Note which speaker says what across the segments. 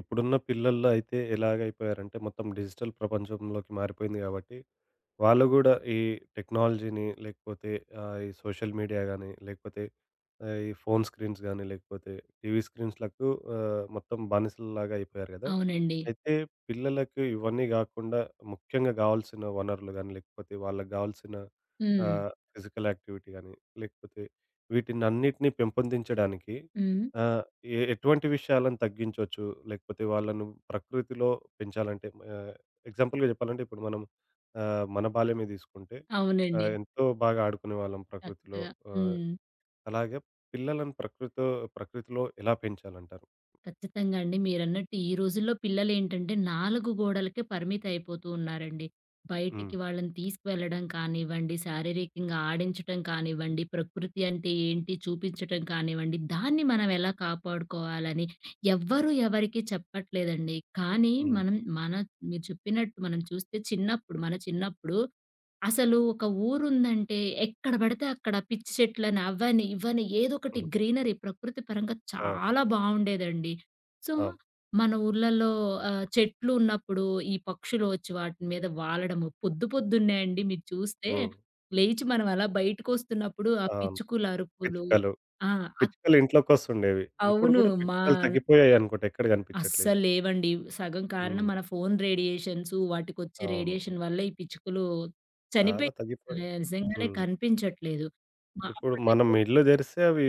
Speaker 1: ఇప్పుడున్న పిల్లల్లో అయితే ఎలాగైపోయారంటే మొత్తం డిజిటల్ ప్రపంచంలోకి మారిపోయింది కాబట్టి, వాళ్ళు గూడా ఈ టెక్నాలజీని, లేకపోతే ఈ సోషల్ మీడియా గానీ, లేకపోతే ఈ ఫోను స్క్రీన్స్ గానీ, లేకపోతే టీవీ స్క్రీన్స్‌లకు మొత్తం బానిసల్లాగా అయిపోయారు గదా!
Speaker 2: అవునండి.
Speaker 1: అయితే పిల్లలకి ఇవన్నీ గాకుండా ముఖ్యంగా గావాల్సిన వనరులు గానీ, లేకపోతే వాళ్ళకి గావాల్సిన
Speaker 2: హ్మ్.
Speaker 1: ఫిజికల్ యాక్టివిటీ గానీ, లేకపోతే వీటినన్నిటిని పెంపొందించడానికి
Speaker 2: హ్మ్.
Speaker 1: ఆహ్, ఎటువంటి విషయాలను తగ్గించొచ్చు? లేకపోతే వాళ్ళను ప్రకృతిలో పెంచాలంటే, ఆహ్, ఎగ్జాంపుల్‌గా జెప్పాలంటే ఇప్పుడు మనం, మన బాల్యమే తీసుకుంటే
Speaker 2: అవునండి.
Speaker 1: ఎంతో బాగా ఆడుకునేవాళ్ళం ప్రకృతిలో.
Speaker 2: చక్కగా.
Speaker 1: ఆహ్,
Speaker 2: హ్మ్.
Speaker 1: అలాగే పిల్లలను ప్రకృతిలో ఎలా పెంచాలంటారు?
Speaker 2: ఖచ్చితంగా అండి. మీరన్నట్టు ఈ రోజుల్లో పిల్లలేంటంటే 4 గోడలకే పరిమితయిపోతూ ఉన్నారండి.
Speaker 1: హ్మ్.
Speaker 2: బయటికి వాళ్ళని తీసుకువెళ్ళడం కానివ్వండి, శారీరకంగా ఆడించటం కానివ్వండి, ప్రకృతి అంటే ఏంటి చూపించటం కానివ్వండి, దాన్ని మనం ఎలా కాపాడుకోవాలని ఎవ్వరు ఎవరికీ చెప్పట్లేదండి. కానీ
Speaker 1: హ్మ్.
Speaker 2: మనం మన మీరు చెప్పినట్టు మనం చూస్తే చిన్నప్పుడు అసలు ఒక ఊరుందంటే ఎక్కడ పడితే అక్కడ పిచ్చి చెట్లని అవ్వని, ఇవ్వని ఏదోకటి
Speaker 1: హ్మ్.
Speaker 2: గ్రీనరీ ప్రకృతి పరంగా
Speaker 1: అవును.
Speaker 2: చాలా బావుండేదండి. సో,
Speaker 1: అవును.
Speaker 2: మన ఊర్లలో చెట్లు ఉన్నప్పుడు ఈ పక్షులు వచ్చి వాటి మీద వాలడము. పొద్దు పొద్దున్నే అండి మీరు చూస్తే
Speaker 1: హ్మ్.
Speaker 2: లేచి మనం అలా బయటకొస్తున్నప్పుడు ఆ
Speaker 1: అవును.
Speaker 2: పిచ్చుకల అరుపులు.
Speaker 1: పిచ్చుకలు.
Speaker 2: ఆ! అక్
Speaker 1: పిచ్చుకలు ఇంట్లోకొస్తుండేవి. ఇప్పుడు
Speaker 2: అవును.
Speaker 1: గూడా
Speaker 2: మా
Speaker 1: పిచ్చుకలు తగ్గిపోయాయి అనుకుంట, ఎక్కడ కనిపించట్లేదు.
Speaker 2: అస్సలు లేవండి. సగం కారణం
Speaker 1: హ్మ్.
Speaker 2: మన ఫోను రేడియేషన్సు, వాటికొచ్చే
Speaker 1: అవును.
Speaker 2: రేడియేషన్ వల్ల ఈ పిచ్చుకలు
Speaker 1: చాలా
Speaker 2: చనిపోయాయి.
Speaker 1: తగ్గిపోయాయి.
Speaker 2: నిజంగానే
Speaker 1: హ్మ్.
Speaker 2: కనిపించట్లేదు. మా
Speaker 1: ఇప్పుడు మనం
Speaker 2: అప్పుడైతే
Speaker 1: ఇల్లు తెరిస్తే అవి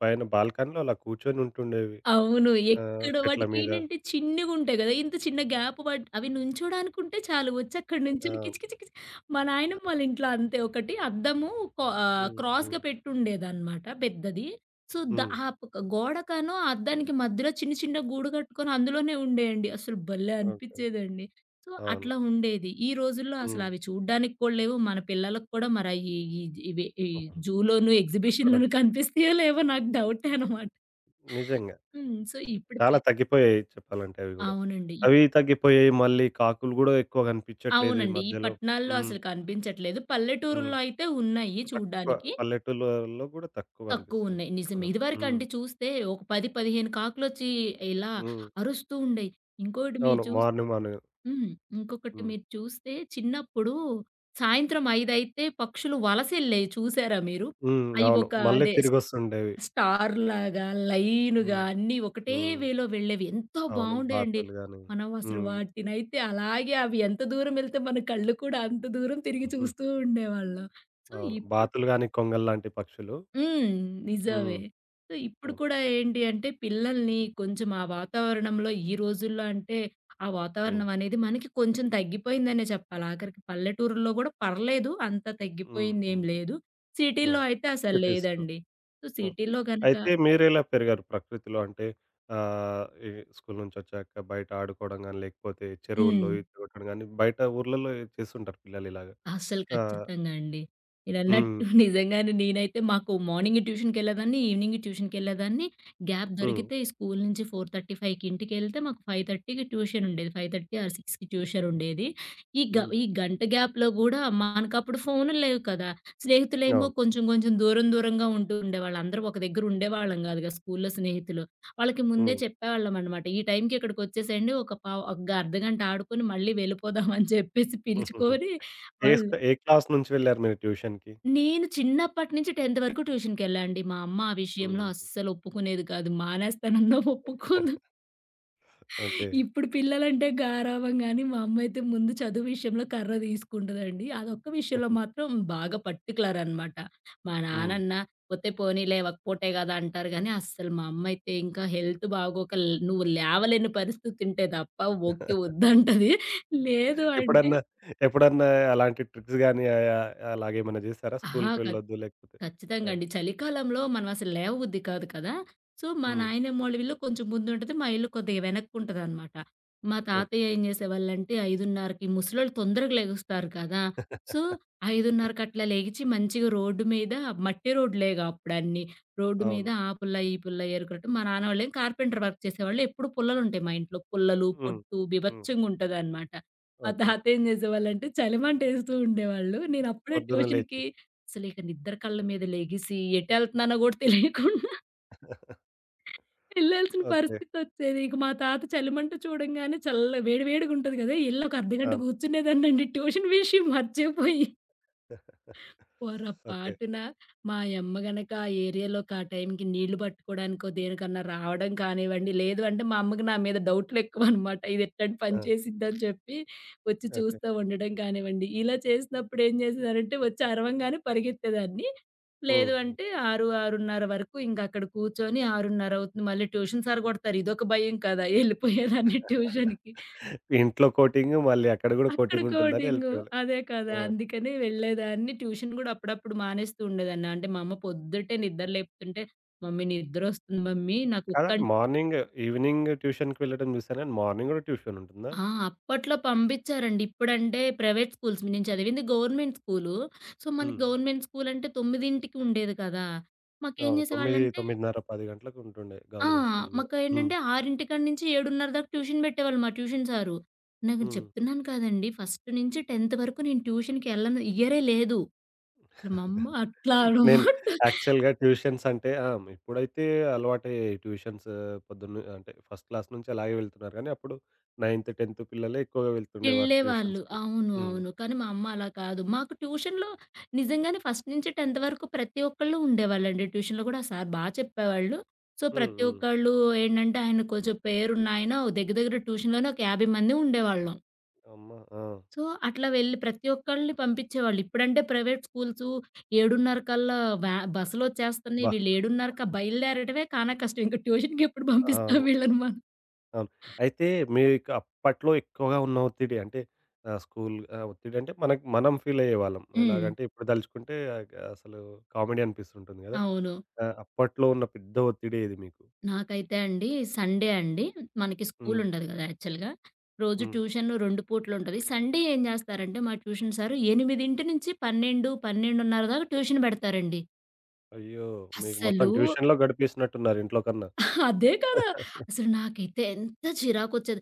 Speaker 1: పైన బాల్కనీలో అలా కూర్చొని ఉంటుండేవి.
Speaker 2: అవును. ఎక్కడ
Speaker 1: చెట్ల మీద.
Speaker 2: వాటికేంటంటే చిన్నగుంటాయి గదా! ఇంత చిన్న గ్యాప్ పడ్ అవి నుంచోడానికుంటే చాలు వచ్చక్కడ
Speaker 1: ఆ!
Speaker 2: నుంచొని కిచకిచకిచ. మా నాయనమ్మ వాళ్ళ ఇంట్లో అంతే ఒకటి అద్దము
Speaker 1: హ్మ్.
Speaker 2: క్రాస్‌గా
Speaker 1: హ్మ్.
Speaker 2: పెట్టుండేదనమాట పెద్దది. సో,
Speaker 1: హ్మ్.
Speaker 2: ఆ పక్క గోడకనో, ఆ అద్దానికి మధ్యలో చిన్న చిన్న గూడు కట్టుకొని అందులోనే ఉండేయండి. అసలు భలే
Speaker 1: ఓకే.
Speaker 2: అనిపిచ్చేదండి. సో,
Speaker 1: అవును.
Speaker 2: అట్లా ఉండేది. ఈ రోజుల్లో
Speaker 1: హ్మ్.
Speaker 2: అసలవి చూడ్డానికి కూడా లేవు. మన పిల్లలకు కూడా మరయి ఈ జూలోను,
Speaker 1: తప్పడం.
Speaker 2: ఎగ్జిబిషన్‌లోను కనిపిస్తాయో లేవో నాకు డౌటే అనమాట.
Speaker 1: నిజంగా.
Speaker 2: హ్మ్. సో, ఇప్పుడు
Speaker 1: చాలా
Speaker 2: పిల్
Speaker 1: తగ్గిపోయాయి చెప్పాలంటే అవి గూడా.
Speaker 2: అవునండి.
Speaker 1: అవి తగ్గిపోయాయి. మళ్ళీ కాకులు గూడా ఎక్కువ గనిపిచ్చట్లేదు ఈ
Speaker 2: అవునండి. ఈ
Speaker 1: మధ్యలో.
Speaker 2: పట్టణాల్లో
Speaker 1: హ్మ్.
Speaker 2: అసలు కనిపించట్లేదు.
Speaker 1: హ్మ్.
Speaker 2: పల్లెటూరుల్లో అయితే ఉన్నాయి
Speaker 1: తక్కువ.
Speaker 2: చూడ్డానికి.
Speaker 1: పల్లెటూళ్ళలో గూడా తక్కువ గనిపిస్తున్నాయి
Speaker 2: తక్కువున్నాయి. నిజమే.
Speaker 1: చెప్పాలంటే. హ్మ్.
Speaker 2: ఇదివరకండి చూస్తే ఒక 10, 15 కాకులొచ్చి ఇలా
Speaker 1: హ్మ్.
Speaker 2: అరుస్తూ ఉండేయి. ఇంకోటి మీరు
Speaker 1: అవును.
Speaker 2: చూస్
Speaker 1: మార్నింగ్ మార్నింగ్.
Speaker 2: హ్మ్. ఇంకొకటి
Speaker 1: హ్మ్.
Speaker 2: మీరు చూస్తే చిన్నప్పుడు సాయంత్రం 5 అయితే పక్షులు వలసెళ్ళేయి చూసారా మీరు?
Speaker 1: హ్మ్.
Speaker 2: అయి
Speaker 1: అవును.
Speaker 2: ఒక
Speaker 1: మళ్ళీ
Speaker 2: అదే
Speaker 1: తిరిగొస్తుండేవి.
Speaker 2: స్టార్‌లాగా, లైన్‌గా
Speaker 1: హ్మ్.
Speaker 2: అన్నీ ఒకటే
Speaker 1: హ్మ్.
Speaker 2: వేలో వెళ్ళేవి. ఎంతో
Speaker 1: అవును.
Speaker 2: బావుండేయండి.
Speaker 1: బాతులు గాని.
Speaker 2: మనం అసలు
Speaker 1: హ్మ్.
Speaker 2: వాటినైతే అలాగే అవి ఎంత దూరం ఎళ్తే మన కళ్ళు కూడా అంత దూరం తిరిగి చూస్తూ ఉండేవాళ్ళం. సో,
Speaker 1: అవును.
Speaker 2: ఇప్పుడు
Speaker 1: బాతులు గాని, కొంగల్లాంటి పక్షులు.
Speaker 2: హ్మ్. నిజమే.
Speaker 1: హ్మ్.
Speaker 2: సో, ఇప్పుడు
Speaker 1: అవును.
Speaker 2: కూడా ఏంటి అంటే పిల్లల్ని కొంచెం ఆ వాతావరణంలో ఈ రోజుల్లో అంటే ఆ
Speaker 1: హ్మ్.
Speaker 2: వాతావరణం అనేది మనకి కొంచెం తగ్గిపోయిందనే చెప్పాలి. ఆఖరికి పల్లెటూరుల్లో గూడా పర్లేదు. అంత
Speaker 1: హ్మ్.
Speaker 2: తగ్గిపోయిందేం
Speaker 1: హ్మ్.
Speaker 2: లేదు.
Speaker 1: అవును.
Speaker 2: సిటీలో అయితే అసలు
Speaker 1: సిటీస్‌లో.
Speaker 2: లేదండి. సో,
Speaker 1: ఆ!
Speaker 2: సిటీలో గనక
Speaker 1: అయితే మీరెలా పెరిగారు ప్రకృతిలో? అంటే ఈ స్కూలు నుంచొచ్చాక బయట ఆడుకోవడం గాని, లేకపోతే చెరువుల్లో
Speaker 2: హ్మ్.
Speaker 1: ఈత కొట్టడం గాని, బయట ఊర్లలో చేస్తుంటారు పిల్లలిలాగ.
Speaker 2: అస్సలు
Speaker 1: ఆ!
Speaker 2: ఖచ్చితంగా అండి. మీరన్నట్టు
Speaker 1: హ్మ్.
Speaker 2: నిజంగానే నేనైతే మాకు మార్నింగ్ ట్యూషన్‌కెళ్ళేదాన్ని, ఈవినింగ్ ట్యూషన్‌కెళ్ళేదాన్ని. గ్యాప్
Speaker 1: హ్మ్.
Speaker 2: దొరికితే ఈ స్కూల్ నుంచి 4:35కి ఇంటికెళ్తే మాకు 5:30కి ట్యూషన్ ఉండేది. 5:30 ఆర్ 6కి ట్యూషన్ ఉండేది. ఈ గ
Speaker 1: హ్మ్.
Speaker 2: ఈ గంట గ్యాప్‌లో గూడా మనకప్పుడు ఫోనులు లేవు కదా! స్నేహితులేమో
Speaker 1: అవును.
Speaker 2: కొంచెం కొంచెం దూరం దూరంగా ఉంటూ ఉండేవాళ్ళు. అందరూ ఒక దగ్గర ఉండేవాళ్ళం గాదుగా స్కూల్‌లో స్నేహితులు. వాళ్ళకి ముందే
Speaker 1: హ్మ్.
Speaker 2: చెప్పేవాళ్ళమనమాట. ఈ టైంకి ఇక్కడికొచ్చేసేయండి. ఒక పావు ఒక అర్ధగంట ఆడుకొని మళ్ళీ వెళ్ళిపోదాం అని చెప్పేసి
Speaker 1: హుహుహు.
Speaker 2: పిలుచుకొని వాళ్ళు
Speaker 1: ఏ క్లాస్ నుంచి వెళ్లారు మీరు ట్యూషన్‌కి?
Speaker 2: నేను చిన్నప్పటి నుంచి 10థ్ వరకు ట్యూషన్‌కెళ్ళా అండి. మా అమ్మ ఆ విషయంలో
Speaker 1: హ్మ్.
Speaker 2: అస్సలు ఒప్పుకునేది కాదు. మానేస్తానన్నా ఒప్పుకోదు.
Speaker 1: ఓకే.
Speaker 2: ఇప్పుడు పిల్లలంటే గారాబం గానీ, మా అమ్మయితే ముందు చదువు విషయంలో కర్ర తీసుకుంటదండి. అదొక్క విషయంలో మాత్రం బాగా పర్టిక్యులర్ అనమాట. మా
Speaker 1: హ్మ్.
Speaker 2: నాన్నన్నా "పోతే పోనీలే ఒక పూటే గదా" అంటారు గానీ, అస్సలు మా అమ్మయితే ఇంకా హెల్త్ బాగోక "నువ్వు లేవలేని పరిస్థితి ఉంటే తప్ప ఓకే వద్దంటది. లేదు అంటే".
Speaker 1: ఎప్పుడన్నా ఎప్పుడన్నా అలాంటి ట్రిక్స్ గాని, ఆహ్, ఆహ్, అలాగేమన్నా చేసారా?
Speaker 2: ఆహా!
Speaker 1: స్కూలుకి వెళ్ళొద్దు లేకపోతే?
Speaker 2: ఖచ్చితంగా
Speaker 1: ఆ!
Speaker 2: అండి. చలికాలంలో మనం అసలు లేవబుద్ధి కాదు కదా! సో, మా
Speaker 1: హ్మ్.
Speaker 2: నాయనమ్మోళ్ళ ఇల్లు కొంచెం ముందుంటది. మా ఇల్లు కొద్దిగా వెనక్కుంటదనమాట. మా
Speaker 1: ఓకే.
Speaker 2: తాతయ్య ఏం చేసేవాళ్ళంటే 5:30కి ముసలోళ్ళు తొందరగా లెగుస్తారు కదా! సో, 5:30కి అట్లా లెగిచి మంచిగా రోడ్డు మీద మట్టి రోడ్డులేగా అప్పుడన్నీ. రోడ్డు మీద
Speaker 1: అవును.
Speaker 2: ఆ పుల్ల, ఈ పుల్ల ఏరుకున్నట్టు మా నాన్నోళ్ళేం కార్పెంటర్ వర్క్ చేసేవాళ్ళు. ఎప్పుడు పుల్లలుంటాయి మా ఇంట్లో. పుల్లలు,
Speaker 1: హ్మ్.
Speaker 2: పొట్టు
Speaker 1: హ్మ్.
Speaker 2: బీభత్సంగుంటదనమాట. మా
Speaker 1: ఓకే.
Speaker 2: తాత ఏం చేసేవాళ్ళంటే చలిమంటేస్తూ ఉండేవాళ్ళు. నేనప్పుడే
Speaker 1: పొద్దున లేచి.
Speaker 2: ట్యూషన్‌కి అసలిక నిద్ర కళ్ళ మీద లెగిసి, ఎటెళ్తన్నానో గూడా తెలియకుండా ఎళ్ళాల్సిన
Speaker 1: ఓకే.
Speaker 2: పరిస్థితొచ్చేది. ఇక మా తాత చలిమంట చూడంగానే చల్ల వేడి వేడిగుంటది గదా! ఎళ్ళి ఒక అర్ధగంట
Speaker 1: ఆ!
Speaker 2: గూర్చునేదాన్నండి ట్యూషన్ విషయం మర్చిపోయి.
Speaker 1: ఓకే.
Speaker 2: పొరపాటున మా యమ్మ గనక ఆ ఏరియాలోకి ఆ టైంకి నీళ్లు పట్టుకోవడానికో, దేనికన్నా రావడం కానివ్వండి, లేదు అంటే మా అమ్మకి నా మీద డౌట్‌లెక్కువనమాట. ఇది ఎట్లాంటి పని
Speaker 1: ఆ!
Speaker 2: చేసిద్దని చెప్పి వచ్చి
Speaker 1: ఓకే.
Speaker 2: చూస్తా ఉండడం కానివ్వండి. ఇలా చేసినప్పుడు ఏం చేసేదానంటే వచ్చి అరవంగానే పరిగెత్తేదాన్ని.
Speaker 1: హ్మ్.
Speaker 2: లేదు
Speaker 1: హ్మ్.
Speaker 2: అంటే 6, 6:30 వరకు ఇంకక్కడ కూర్చొని 6:30 అవుతుంది. మళ్ళీ ట్యూషన్ సార్ కొడతారు. ఇదొక భయం కదా! ఎళ్ళిపోయేదాన్ని ట్యూషన్‌కి.
Speaker 1: ఇంట్లో కోటింగు, మళ్ళీ అక్కడ గూడా
Speaker 2: అక్కడ
Speaker 1: కోటింగుంటుందని
Speaker 2: కోటింగు.
Speaker 1: ఎళ్ళిపోయేవాళ్ళు.
Speaker 2: అదే కదా!
Speaker 1: ఆ!
Speaker 2: అందుకనే వెళ్ళేదాన్ని. ట్యూషన్ గూడా అప్పుడప్పుడు మానేస్తూ ఉండేదాన్ని. అంటే మా అమ్మ పొద్దుటే నిద్ర లేపుతుంటే, "మమ్మీ నిద్రొస్తుంది మమ్మీ నాకు ఒక్కం".
Speaker 1: కాదండి, మార్నింగ్, ఈవినింగ్ ట్యూషన్‌కి వెళ్ళడం చూసాను గానీ, మార్నింగ్ గూడా ట్యూషన్ ఉంటుందా?
Speaker 2: ఆ! అప్పట్లో పంపించారండి. ఇప్పుడంటే ప్రైవేట్ స్కూల్స్ నేను చదివింది గవర్నమెంట్ స్కూలు. సో, మనకి
Speaker 1: హ్మ్.
Speaker 2: గవర్నమెంట్ స్కూల్ అంటే 9కి ఉండేది కదా! మాకేం
Speaker 1: అవును. 9,
Speaker 2: చేసేవాళ్ళంటే
Speaker 1: 9:30, 10 గంటలకు ఉంటుండే
Speaker 2: ఆ!
Speaker 1: గవర్నమెంట్ స్కూల్స్ గూడా. హ్మ్.
Speaker 2: మాకేంటంటే 6 నుంచి 7:30 దాకా ట్యూషన్ పెట్టేవాళ్ళు మా ట్యూషన్ సారు. నాకు
Speaker 1: హ్మ్.
Speaker 2: చెప్తున్నాను కదండీ! ఫస్ట్ నుంచి 10థ్ వరకు నేను ట్యూషన్‌కెళ్ళను. ఇయరే లేదు. మా అమ్మ అట్లా
Speaker 1: నేను
Speaker 2: అనమాట
Speaker 1: యాక్చువల్‌గా ట్యూషన్స్ అంటే ఆ! ఇప్పుడైతే అలవాటయ్యాయి ట్యూషన్స్. పొద్దున్న అంటే ఫస్ట్ క్లాస్ నుంచి అలాగే వెళ్తున్నారు కానీ, అప్పుడు 9త్, 10త్ పిల్లలే ఎక్కువగా వెళ్తుండేవారు
Speaker 2: వెళ్ళేవాళ్ళు.
Speaker 1: ట్యూషన్స్‌కి.
Speaker 2: అవును.
Speaker 1: హ్మ్.
Speaker 2: అవును. కానీ మా అమ్మ అలా కాదు. మాకు ట్యూషన్‌లో నిజంగానే ఫస్ట్ నుంచి 10థ్ వరకు ప్రతి ఒక్కళ్ళు ఉండేవాళ్ళండి. ట్యూషన్‌లో కూడా ఆ సార్ బా చెప్పేవాళ్ళు. సో,
Speaker 1: హ్మ్.
Speaker 2: ప్రతి
Speaker 1: హ్మ్.
Speaker 2: ఒక్కళ్ళు ఏంటంటే ఆయన కొంచెం పేరున్న ఆయన ఓ దగ్గర దగ్గర ట్యూషన్‌లోనే ఒక 50 మంది ఉండేవాళ్ళం.
Speaker 1: అమ్మ! ఆ!
Speaker 2: సో, అట్లా వెళ్ళి ప్రతి ఒక్కళ్ళని పంపించేవాళ్ళు. ఇప్పుడంటే ప్రైవేట్ స్కూల్సు 7:30 కల్లా బస్సులొచ్చేస్తున్నాయి.
Speaker 1: అబ్బా!
Speaker 2: వీళ్ళు 7:30 బయలుదేరటమే కానా కష్టం. ఇంక ట్యూషన్‌కి ఎప్పుడు పంపిస్తాం
Speaker 1: అవును.
Speaker 2: వీళ్ళని మనం.
Speaker 1: అవును. అయితే మీకు అప్పట్లో ఎక్కువగా ఉన్న ఒత్తిడి అంటే స్కూల్ ఒత్తిడి అంటే మనకు మనం ఫీల్ అయ్యేవాళ్ళం.
Speaker 2: హ్మ్.
Speaker 1: ఎలాగంటే ఇప్పుడు తలుచుకుంటే అసలు కామెడీ అనిపిస్తుంటుంది కదా!
Speaker 2: అవును.
Speaker 1: ఆ! అప్పట్లో ఉన్న పెద్ద ఒత్తిడి ఏది మీకు?
Speaker 2: నాకైతే అండి సండే అండి. మనకి స్కూల్
Speaker 1: హ్మ్.
Speaker 2: ఉండదు గదా! యాక్చువల్‌గా. రోజు
Speaker 1: హ్మ్.
Speaker 2: ట్యూషన్ 2 పూట్లుంటది. సండే ఏం జేస్తారంటే మా ట్యూషన్ సారు 8:00 నుంచి 12, 12:30 దాకా ట్యూషన్ బెడతారండి.
Speaker 1: అయ్యో! మీకు మొత్తం
Speaker 2: అస్సలు
Speaker 1: ట్యూషన్‌లో గడిపేసినట్టున్నారు ఇంట్లో కన్నా.
Speaker 2: అదే కదా! అసలు నాకైతే ఎంత చిరాకొచ్చేది.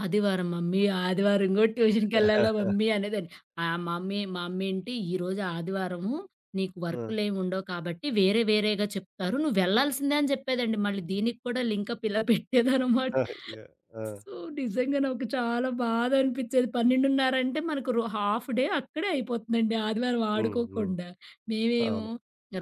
Speaker 2: "ఆదివారం మమ్మీ, ఆదివారం గూడా ట్యూషన్‌కెళ్ళాలా మమ్మీ" అనేదాన్ని. ఆహ్, మమ్మీ మా అమ్మేంటి "ఈరోజు ఆదివారము నీకు
Speaker 1: ఆ!
Speaker 2: వర్కులేమి ఉండవు కాబట్టి వేరే వేరేగా చెప్తారు. నువ్వెళ్ళాల్సిందే" అని జెప్పేదండి. మళ్ళీ దీనికి కూడా లింకప్ ఇలా పెట్టేదనమాట.
Speaker 1: ఆ! యాహ్! ఆ!
Speaker 2: సో, నిజంగా నాకు చాలా బాధనిపిచ్చేది. 12:30 అంటే మనకు హాఫ్ డే అక్కడే అయిపోతుందండి ఆదివారం
Speaker 1: హ్మ్. హ్మ్.
Speaker 2: ఆడుకోకుండా. మేమేమో
Speaker 1: అవును.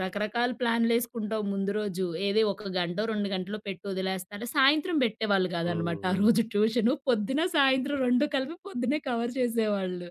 Speaker 2: రకరకాల ప్లాన్‌లేసుకుంటాం ముందు రోజు. ఏది 1 గంటో, 2 గంటలో పెట్టి వదిలేస్తారు. సాయంత్రం పెట్టేవాళ్ళు కాదనమాట
Speaker 1: హ్మ్.
Speaker 2: ఆ
Speaker 1: హ్మ్.
Speaker 2: రోజు ట్యూషను. పొద్దున, సాయంత్రం 2 కలిపి పొద్దున్నే కవర్ చేసేవాళ్ళు.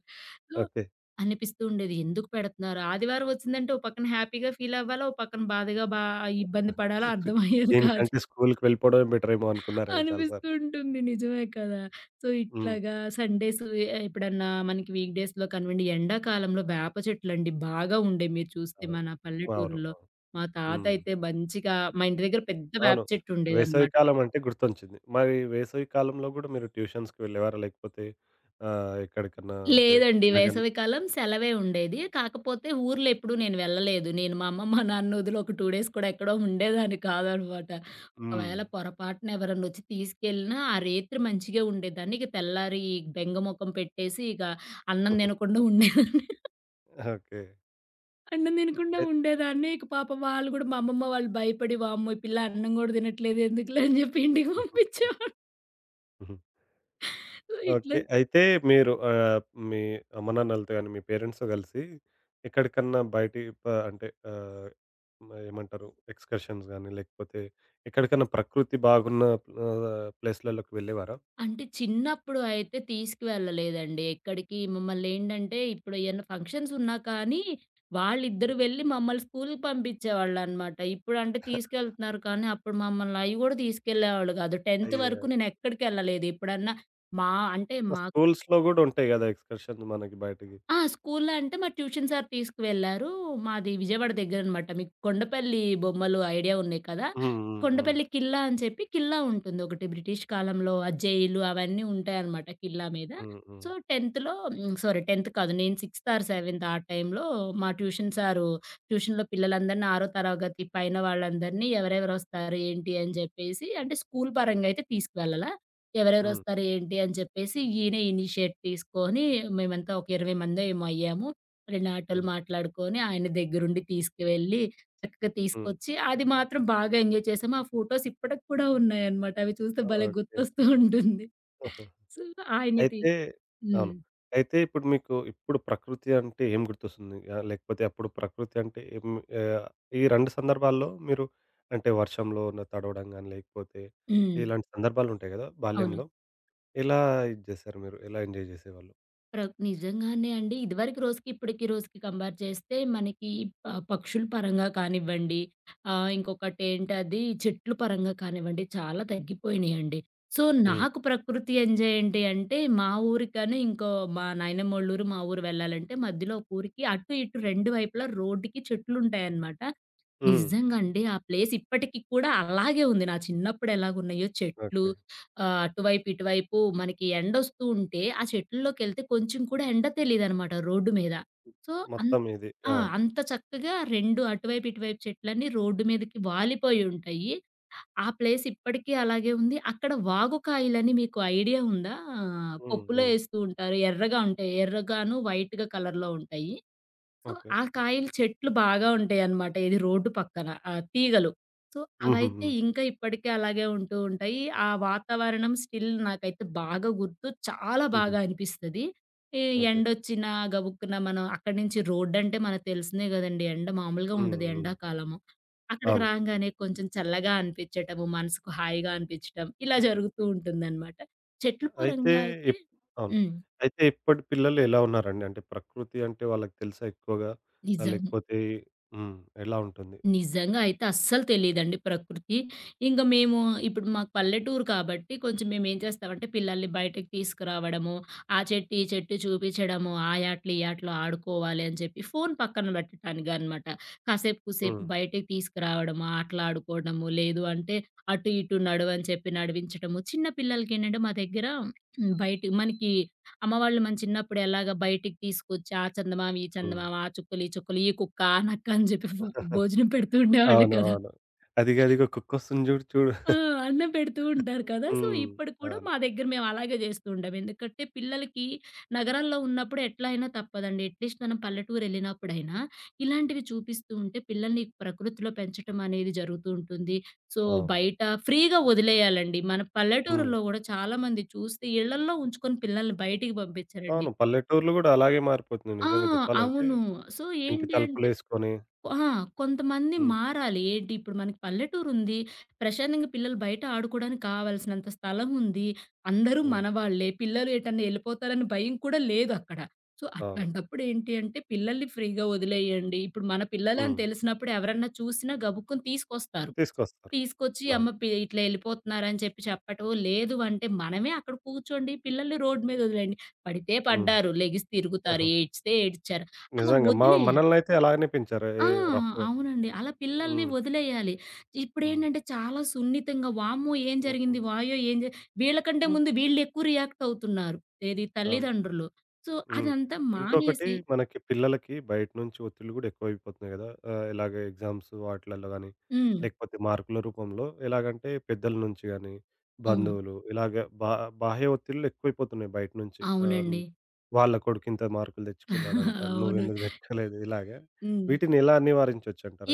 Speaker 2: So,
Speaker 1: okay.
Speaker 2: అనిపిస్తూ ఉండేది ఎందుకు పెడుతున్నారు? ఆదివారం వచ్చిందంటే ఓ పక్కన హ్యాపీగా ఫీలవ్వాలా, ఓ పక్కన బాధగా బా ఇబ్బంది పడాలా అర్థమయ్యేది కాదు.
Speaker 1: దీనికంటే స్కూలుకి వెళ్ళిపోవడమే బెటరేమో అనుకున్నారేమో చాలా
Speaker 2: అనిపిస్తూ
Speaker 1: సార్లు.
Speaker 2: ఉంటుంది. నిజమే కదా! సో,
Speaker 1: హ్మ్.
Speaker 2: ఇట్లాగా సండేస్ ఎప్పుడన్నా మనకి వీక్ డేస్‌లో కానివ్వండి, ఎండాకాలంలో వేప చెట్లండి బాగా ఉండేవి మీరు చూస్తే
Speaker 1: అవును.
Speaker 2: మన
Speaker 1: అవును.
Speaker 2: పల్లెటూరుల్లో.
Speaker 1: అవును.
Speaker 2: మా
Speaker 1: హ్మ్.
Speaker 2: తాతయితే మంచిగా మా ఇంటి దగ్గర పెద్ద వేప
Speaker 1: అవును.
Speaker 2: చెట్టు ఉండేదనమాట.
Speaker 1: వేసవికాలం అంటే గుర్తొచ్చింది. మరి వేసవి కాలంలో గూడా మీరు ట్యూషన్స్‌కి వెళ్ళేవారా? లేకపోతే ఎక్కడికన్నా అంటే
Speaker 2: లేదండి.
Speaker 1: చిన్నగా?
Speaker 2: వేసవికాలం సెలవే ఉండేది. కాకపోతే ఊర్లో ఎప్పుడు నేను వెళ్ళలేదు. నేను మా అమ్మ, మా నాన్న వదిలి ఒక 2 డేస్ కూడా ఎక్కడో ఉండేదాన్ని కాదనమాట.
Speaker 1: హ్మ్.
Speaker 2: ఒకవేళ పొరపాటున ఎవరన్నొచ్చి తీసుకెళ్ళినా ఆ రేత్రి మంచిగా ఉండేదాన్ని. ఇక తెల్లారి ఈ బెంగ మొఖం పెట్టేసి ఇక అన్నం తినకుండా ఉండేదాన్ని.
Speaker 1: ఓకే.
Speaker 2: అన్నం తినకుండా
Speaker 1: ఎ
Speaker 2: ఉండేదాన్ని. ఇక పాపం వాళ్ళు గూడా మా అమ్మమ్మ వాళ్ళు భయపడి వామ్మో! ఈ పిల్ల అన్నం గూడా తినట్లేదు ఎందుకులే అని జెప్పి ఇంటికి
Speaker 1: హుహు.
Speaker 2: పంపించేవాళ్ళు.
Speaker 1: హుహు.
Speaker 2: ఇట్లా
Speaker 1: ఓకే. అయితే మీరు మీ అమ్మనాన్నలతో గాని, మీ పేరెంట్స్‌తో కలిసి ఎక్కడికన్నా బయటి ప అంటే, ఏమంటారు, ఎక్స్‌కర్షన్స్ గాని, లేకపోతే ఎక్కడికన్నా ప్రకృతి బాగున్న ఆహ్, ప్లేస్‌లలోకి వెళ్ళేవారా?
Speaker 2: అంటే చిన్నప్పుడు అయితే తీసుకువెళ్ళలేదండి ఎక్కడికి. మమ్మల్నేంటంటే ఇప్పుడు ఏయన్నా ఫంక్షన్స్ ఉన్నా కానీ, వాళ్ళిద్దరు వెళ్ళి మమ్మల్ని స్కూలుకి పంపించేవాళ్ళనమాట. ఇప్పుడంటే తీసుకెళ్తున్నారు కానీ, అప్పుడు మమ్మల్ని అయి గూడా తీసుకెళ్ళేవాళ్ళు గాదు. 10థ్
Speaker 1: అయ్యా!
Speaker 2: వరకు నేనెక్కడికెళ్ళలేదు. ఎప్పుడన్నా మా అంటే
Speaker 1: ఆ
Speaker 2: మా
Speaker 1: స్కూల్స్‌లో గూడా ఉంటాయి గదా, ఎక్స్‌కర్షన్స్ మనకి బయటికి.
Speaker 2: ఆ! స్కూల్లో అంటే మా ట్యూషన్ సార్ తీసుకువెళ్లారు. మాది విజయవాడ దగ్గరనమాట. మీకు కొండపల్లి బొమ్మలు ఐడియా ఉన్నాయి కదా!
Speaker 1: హ్మ్. హ్మ్. హ్మ్.
Speaker 2: కొండపల్లి ఖిల్లా అని చెప్పి ఖిల్లా ఉంటుంది ఒకటి. బ్రిటిష్ కాలంలో ఆ జైలు అవన్నీ ఉంటాయనమాట ఖిల్లా మీద.
Speaker 1: హ్మ్. హ్మ్.
Speaker 2: సో, 10థ్‌లో హ్మ్. సారీ 10థ్ కాదు. నేను 6థ్ ఆర్ 7థ్ ఆ టైంలో మా ట్యూషన్ సారు ట్యూషన్‌లో పిల్లలందరిని 6 తరగతి పైన వాళ్ళందరినీ ఎవరెవరొస్తారు ఏంటి అని జెప్పేసి అంటే స్కూల్ పరంగా అయితే తీసుకువెళ్ళలా.
Speaker 1: హ్మ్.
Speaker 2: ఎవరెవరొస్తారు ఏంటి అని చెప్పేసి ఈయనే ఇనిషియేట్ తీసుకొని మేమంతా ఒక 20 మందో ఏమో అయ్యాము. రెండు ఆటోలు
Speaker 1: హ్మ్.
Speaker 2: మాట్లాడుకొని ఆయన దగ్గరుండి తీసుకువెళ్ళి చక్కగా
Speaker 1: హ్మ్.
Speaker 2: తీసుకొచ్చి అది మాత్రం బాగా ఎంజాయ్ చేసాము. ఆ ఫోటోస్ ఇప్పటికి కూడా ఉన్నాయన్నమాట. అవి చూస్తే భలే
Speaker 1: ఓకే.
Speaker 2: గుర్తొస్తూ ఉంటుంది. సో, ఆయనది
Speaker 1: అయితే
Speaker 2: హ్మ్.
Speaker 1: అవును. అయితే ఇప్పుడు మీకు ఇప్పుడు ప్రకృతి అంటే ఏం గుర్తొస్తుంది? లేకపోతే అప్పుడు ప్రకృతి అంటే ఏం? ఆహ్, ఈ 2 సందర్భాల్లో మీరు అంటే వర్షంలోన తడవడం గాని, లేకపోతే
Speaker 2: హ్మ్.
Speaker 1: ఇలాంటి సందర్భాలుంటాయి గదా
Speaker 2: అవును.
Speaker 1: బాల్యంలో. ఎలా ఇది జేశారు మీరు? ఎలా ఎంజాయ్ జేసేవాళ్ళు?
Speaker 2: ప్ర నిజంగానే అండి. ఇదివరకు రోజుకి, ఇప్పటికి రోజుకి కంపేర్ చేస్తే మనకి పక్షుల పరంగా కానివ్వండి, ఇంకొకటేంటది చెట్లు పరంగా కానివ్వండి చాలా తగ్గిపోయినియండి. సో,
Speaker 1: హ్మ్.
Speaker 2: నాకు ప్రకృతి ఎంజాయ్ ఏంటి అంటే, మా ఊరికని ఇంకో మా నాయనమ్మోళ్ళూరు, మా ఊరు వెళ్ళాలంటే మధ్యలో ఒక ఊరికి అటు, ఇటు 2 వైపులా రోడ్డుకి చెట్లుంటాయన్నమాట.
Speaker 1: హ్మ్.
Speaker 2: నిజంగా అండి. ఆ ప్లేస్ ఇప్పటికి కూడా అలాగే ఉంది. నా చిన్నప్పుడు ఎలాగున్నాయో చెట్లు.
Speaker 1: ఓకే.
Speaker 2: అటువైపు, ఇటువైపు మనకి ఎండొస్తూ ఉంటే ఆ చెట్లలోకెళ్తే కొంచెం కూడా ఎండ తెలీదనమాట రోడ్డు మీద. సో, అన్
Speaker 1: మొత్తం ఇది.
Speaker 2: ఆ!
Speaker 1: ఆ!
Speaker 2: అంత చక్కగా 2 అటువైపు, ఇటువైపు చెట్లన్నీ రోడ్డు మీదకి వాలిపోయి ఉంటాయి. ఆ ప్లేస్ ఇప్పటికీ అలాగే ఉంది. అక్కడ వాగుకాయలని మీకు ఐడియా ఉందా? ఆ,
Speaker 1: హ్మ్.
Speaker 2: పప్పులో
Speaker 1: హ్మ్.
Speaker 2: ఏస్తూ ఉంటారు. ఎర్రగా ఉంటాయి. ఎర్రగాను వైట్‌గా కలర్‌లో ఉంటాయి. So,
Speaker 1: okay.
Speaker 2: ఆ కాయలు చెట్లు బాగా ఉంటాయన్నమాట. ఏది రోడ్డు పక్కన తీగలు. సో, అవైతే
Speaker 1: హుహుహు.
Speaker 2: ఇంకా ఇప్పటికే అలాగే ఉంటూ ఉంటాయి. ఆ వాతావరణం స్టిల్ నాకైతే బాగా గుర్తు. చాలా
Speaker 1: హుహు.
Speaker 2: బాగా అనిపిస్తది. ఈ
Speaker 1: ఓకే.
Speaker 2: ఎండొచ్చినా గబుక్కున మనం అక్కడి నుంచి రోడ్డంటే మనకు తెలిసిందే గదండీ! ఎండ మామూలుగా
Speaker 1: హ్మ్.
Speaker 2: ఉండదు
Speaker 1: హ్మ్.
Speaker 2: ఎండాకాలము. అక్కడికి
Speaker 1: అవును.
Speaker 2: రాంగానే కొంచెం చల్లగా అనిపించటము, మనసుకు హాయిగా అనిపించటం ఇలా జరుగుతూ ఉంటుందన్నమాట. చెట్లు
Speaker 1: అయితే
Speaker 2: పరంగా అయితే
Speaker 1: ఇప్ అవును.
Speaker 2: హ్మ్.
Speaker 1: అయితే ఇప్పటి పిల్లలు ఎలా ఉన్నారండి? అంటే ప్రకృతి అంటే వాళ్ళకి తెలుసా ఎక్కువగా?
Speaker 2: నిజంగా.
Speaker 1: లేకపోతే హ్మ్, ఎలా ఉంటుంది?
Speaker 2: నిజంగా అయితే అస్సలు తెలీదండి ప్రకృతి. ఇంక మేము ఇప్పుడు మాకు పల్లెటూరు కాబట్టి కొంచెం మేమేం చేస్తామంటే పిల్లల్ని బయటకి తీసుకురావడము, ఆ చెట్టు, ఈ చెట్టు చూపిచ్చడము, ఆ యాటలు, ఈ యాటలు ఆడుకోవాలి అని చెప్పి ఫోను పక్కన పెట్టడానికనమాట. కాసేపు కూసేపు
Speaker 1: హ్మ్.
Speaker 2: బయటకి తీసుకురావడము, ఆటలాడుకోవడము, లేదు అంటే అటు ఇటు నడువని చెప్పి నడివించటము. చిన్న పిల్లలకేంటంటే మా దగ్గర బయట మనకి అమ్మవాళ్ళు మన చిన్నప్పుడు ఎలాగా బయటికి తీసుకొచ్చి, ఆ చందమామ, ఈ
Speaker 1: హ్మ్.
Speaker 2: చందమామ, ఆ చుక్కలు, ఈ చుక్కలు, ఈ కుక్క, ఆ నక్క అని చెప్పి భోజనం పెడుతూ ఉండేవాళ్ళు
Speaker 1: అవును.
Speaker 2: కదా!
Speaker 1: అవును. అదిగో అదిగో కుక్కొస్తుంది, చూడు చూడు.
Speaker 2: ఆ! అన్నం పెడుతూ ఉంటారు కదా! సో,
Speaker 1: హ్మ్.
Speaker 2: ఇప్పుడు కూడా
Speaker 1: అవును.
Speaker 2: మా దగ్గర మేము అలాగే చేస్తూ ఉంటాం. ఎందుకంటే పిల్లలకి నగరాల్లో ఉన్నప్పుడు ఎట్లా అయినా తప్పదండి. అట్‌లీస్ట్ మనం పల్లెటూరెళ్ళినప్పుడైనా ఇలాంటివి చూపిస్తూ ఉంటే పిల్లల్ని ప్రకృతిలో పెంచటం అనేది జరుగుతూ ఉంటుంది. సో,
Speaker 1: అవును.
Speaker 2: బయట ఫ్రీగా వదిలేయాలండి. మన
Speaker 1: హ్మ్.
Speaker 2: పల్లెటూరులో గూడా చాలామంది చూస్తే ఇళ్ళల్లో ఉంచుకొని పిల్లల్ని బయటికి పంపించరండి.
Speaker 1: అవును. పల్లెటూర్లు గూడా అలాగే మారిపోతున్నాయి
Speaker 2: ఆ!
Speaker 1: నిజంగా జెప్పాలంటే.
Speaker 2: అవును. సో,
Speaker 1: ఇంటి
Speaker 2: ఏంటి అంటే,
Speaker 1: తలుపులేసుకొని.
Speaker 2: ఆ! కొంతమంది
Speaker 1: హ్మ్.
Speaker 2: మారాలి. ఏంటి ఇప్పుడు మనకి పల్లెటూరుంది. ప్రశాంతంగా పిల్లలు బయట ఆడుకోవడానికి కావాల్సినంత స్థలం ఉంది. అందరూ
Speaker 1: హ్మ్.
Speaker 2: మనవాళ్ళే. పిల్లలు ఎటన్నా ఎళ్ళిపోతారని భయం కూడా లేదక్కడ. సో,
Speaker 1: అవును.
Speaker 2: అట్లాంటప్పుడు ఏంటి అంటే పిల్లల్ని ఫ్రీగా వదిలేయండి. ఇప్పుడు మన పిల్లలే అని
Speaker 1: హ్మ్.
Speaker 2: తెలిసినప్పుడు ఎవరన్నా చూసినా గబుక్కున తీసుకొస్తారు.
Speaker 1: తీసుకొస్తారు.
Speaker 2: తీసుకొచ్చి
Speaker 1: అవును.
Speaker 2: అమ్మ పి ఇట్లా ఎళ్ళిపోతున్నారని చెప్పి చెప్పటం. లేదు అంటే మనమే అక్కడ కూర్చోండి. పిల్లల్ని రోడ్డు మీద వదిలేయండి. పడితే
Speaker 1: హ్మ్.
Speaker 2: పడ్డారు. లెగిసి తిరుగుతారు.
Speaker 1: ఆహా!
Speaker 2: ఏడ్చితే ఏడ్చారు. అలా
Speaker 1: నిజంగా మా
Speaker 2: వదిలేయాలి.
Speaker 1: మనల్నయితే అలాగనే పెంచారు.
Speaker 2: ఆ!
Speaker 1: ఏ రఫ్‌గా.
Speaker 2: అవునండి. అలా పిల్లల్ని
Speaker 1: హ్మ్.
Speaker 2: వదిలేయాలి.
Speaker 1: హ్మ్.
Speaker 2: ఇప్పుడేంటంటే చాలా సున్నితంగా వామ్మో! ఏం జరిగింది? వాయ్యో! ఏం జ వీళ్ళకంటే ముందు వీళ్ళెక్కువ రియాక్ట్ అవుతున్నారు. ఏది?
Speaker 1: అవును.
Speaker 2: తల్లిదండ్రులు. సో,
Speaker 1: హ్మ్.
Speaker 2: అదంతా
Speaker 1: ఇంకొకటి
Speaker 2: మానేసి
Speaker 1: మనకి పిల్లలకి బయట నుంచి ఒత్తిళ్ళు గూడా ఎక్కువైపోతున్నాయి గదా! ఇలాగ ఎగ్జామ్స్ వాటిలల్లో గానీ,
Speaker 2: హ్మ్.
Speaker 1: లేకపోతే మార్కుల రూపంలో, ఎలాగంటే పెద్దల నుంచి గానీ,
Speaker 2: అవును.
Speaker 1: బంధువులు ఇలాగ, బా బాహ్య ఒత్తిళ్ళు ఎక్కువైపోతున్నాయి బయట నుంచి.
Speaker 2: అవునండి.
Speaker 1: వాళ్ళ కొడుకింత మార్కులు తెచ్చుకున్నాడంట,
Speaker 2: అవును.
Speaker 1: నువ్వెందుకు తెచ్చుకోలేదు ఇలాగా.
Speaker 2: హ్మ్.
Speaker 1: వీటిని ఎలా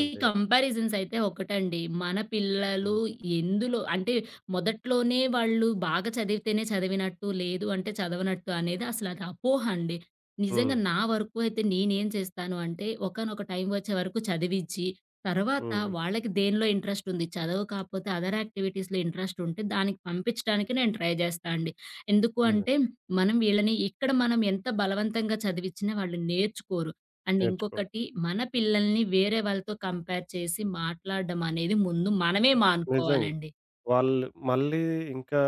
Speaker 2: ఈ కంపారిజన్స్ అయితే ఒకటండి. మన పిల్లలు
Speaker 1: హ్మ్.
Speaker 2: ఎందులో అంటే మొదట్లోనే వాళ్ళు బాగా చదివితేనే చదివినట్టు, లేదు అంటే చదవనట్టు అనేది అసలది అపోహ అండి. నిజంగా
Speaker 1: హ్మ్.
Speaker 2: నా వరకు అయితే నేనేం చేస్తాను అంటే ఒకానొక టైం వచ్చే వరకు చదివిచ్చి, తర్వాత
Speaker 1: హ్మ్. హ్మ్.
Speaker 2: వాళ్ళకి దేనిలో ఇంట్రెస్ట్ ఉంది, చదువు కాకపోతే అదర్ యాక్టివిటీస్‌లో ఇంట్రెస్ట్ ఉంటే దానికి పంపించడానికి నేను ట్రై చేస్తా అండి. ఎందుకు
Speaker 1: నిజం.
Speaker 2: అంటే మనం వీళ్ళని ఇక్కడ మనం ఎంత బలవంతంగా చదివిచ్చినా వాళ్ళు నేర్చుకోరు. అండ్
Speaker 1: నేర్చుకోరు.
Speaker 2: ఇంకొకటి మన పిల్లల్ని వేరే వాళ్ళతో కంపేర్ చేసి మాట్లాడడం అనేది ముందు మనమే
Speaker 1: నిజంగా.
Speaker 2: మానుకోవాలండి.
Speaker 1: వాళ్ళు మళ్ళీ ఇంకా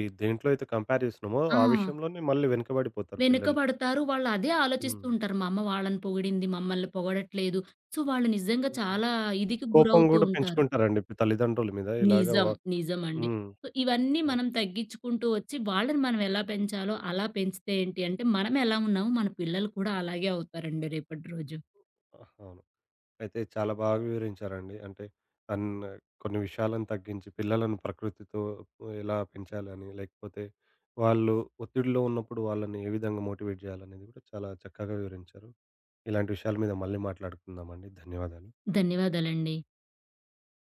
Speaker 1: ఈ దేంట్లో అయితే కంపేర్ జేస్తున్నామో
Speaker 2: ఆ!
Speaker 1: ఆ విషయంలోనే మళ్ళీ వెనకబడిపోతారు పిల్లలు.
Speaker 2: వెనుకబడతారు. వాళ్ళు అదే ఆలోచిస్తూ
Speaker 1: హ్మ్.
Speaker 2: ఉంటారు. మా అమ్మ వాళ్ళని పొగిడింది. మమ్మల్ని పొగడట్లేదు. సో, వాళ్ళు నిజంగా
Speaker 1: హ్మ్.
Speaker 2: చాలా ఇదికి
Speaker 1: కోపం హ్మ్
Speaker 2: గురవుతూ
Speaker 1: గూడా
Speaker 2: ఉంటారు.
Speaker 1: పెంచుకుంటారండి ఇప్పుడు తల్లిదండ్రుల మీద ఇలాగ వ.
Speaker 2: నిజం. నిజమండి.
Speaker 1: హ్మ్.
Speaker 2: సో, ఇవన్నీ
Speaker 1: అవును.
Speaker 2: మనం తగ్గించుకుంటూ వచ్చి వాళ్ళని మనం ఎలా పెంచాలో అలా పెంచితే ఏంటి అంటే మనం ఎలా ఉన్నామో మన పిల్లలు కూడా అలాగే అవుతారండి రేపటి రోజు.
Speaker 1: అవును. అయితే చాలా బాగా వివరించారండి. అంటే అన్ కొన్ని విషయాలను తగ్గించి పిల్లలను ప్రకృతితో ఎలా పెంచాలని, లేకపోతే వాళ్ళు ఒత్తిడిలో ఉన్నప్పుడు వాళ్ళని ఏ విధంగా మోటివేట్ చేయాలనేది కూడా చాలా చక్కగా వివరించారు. ఇలాంటి విషయాల మీద మళ్ళీ మాట్లాడుకుందామండి. ధన్యవాదాలు.
Speaker 2: ధన్యవాదాలండి.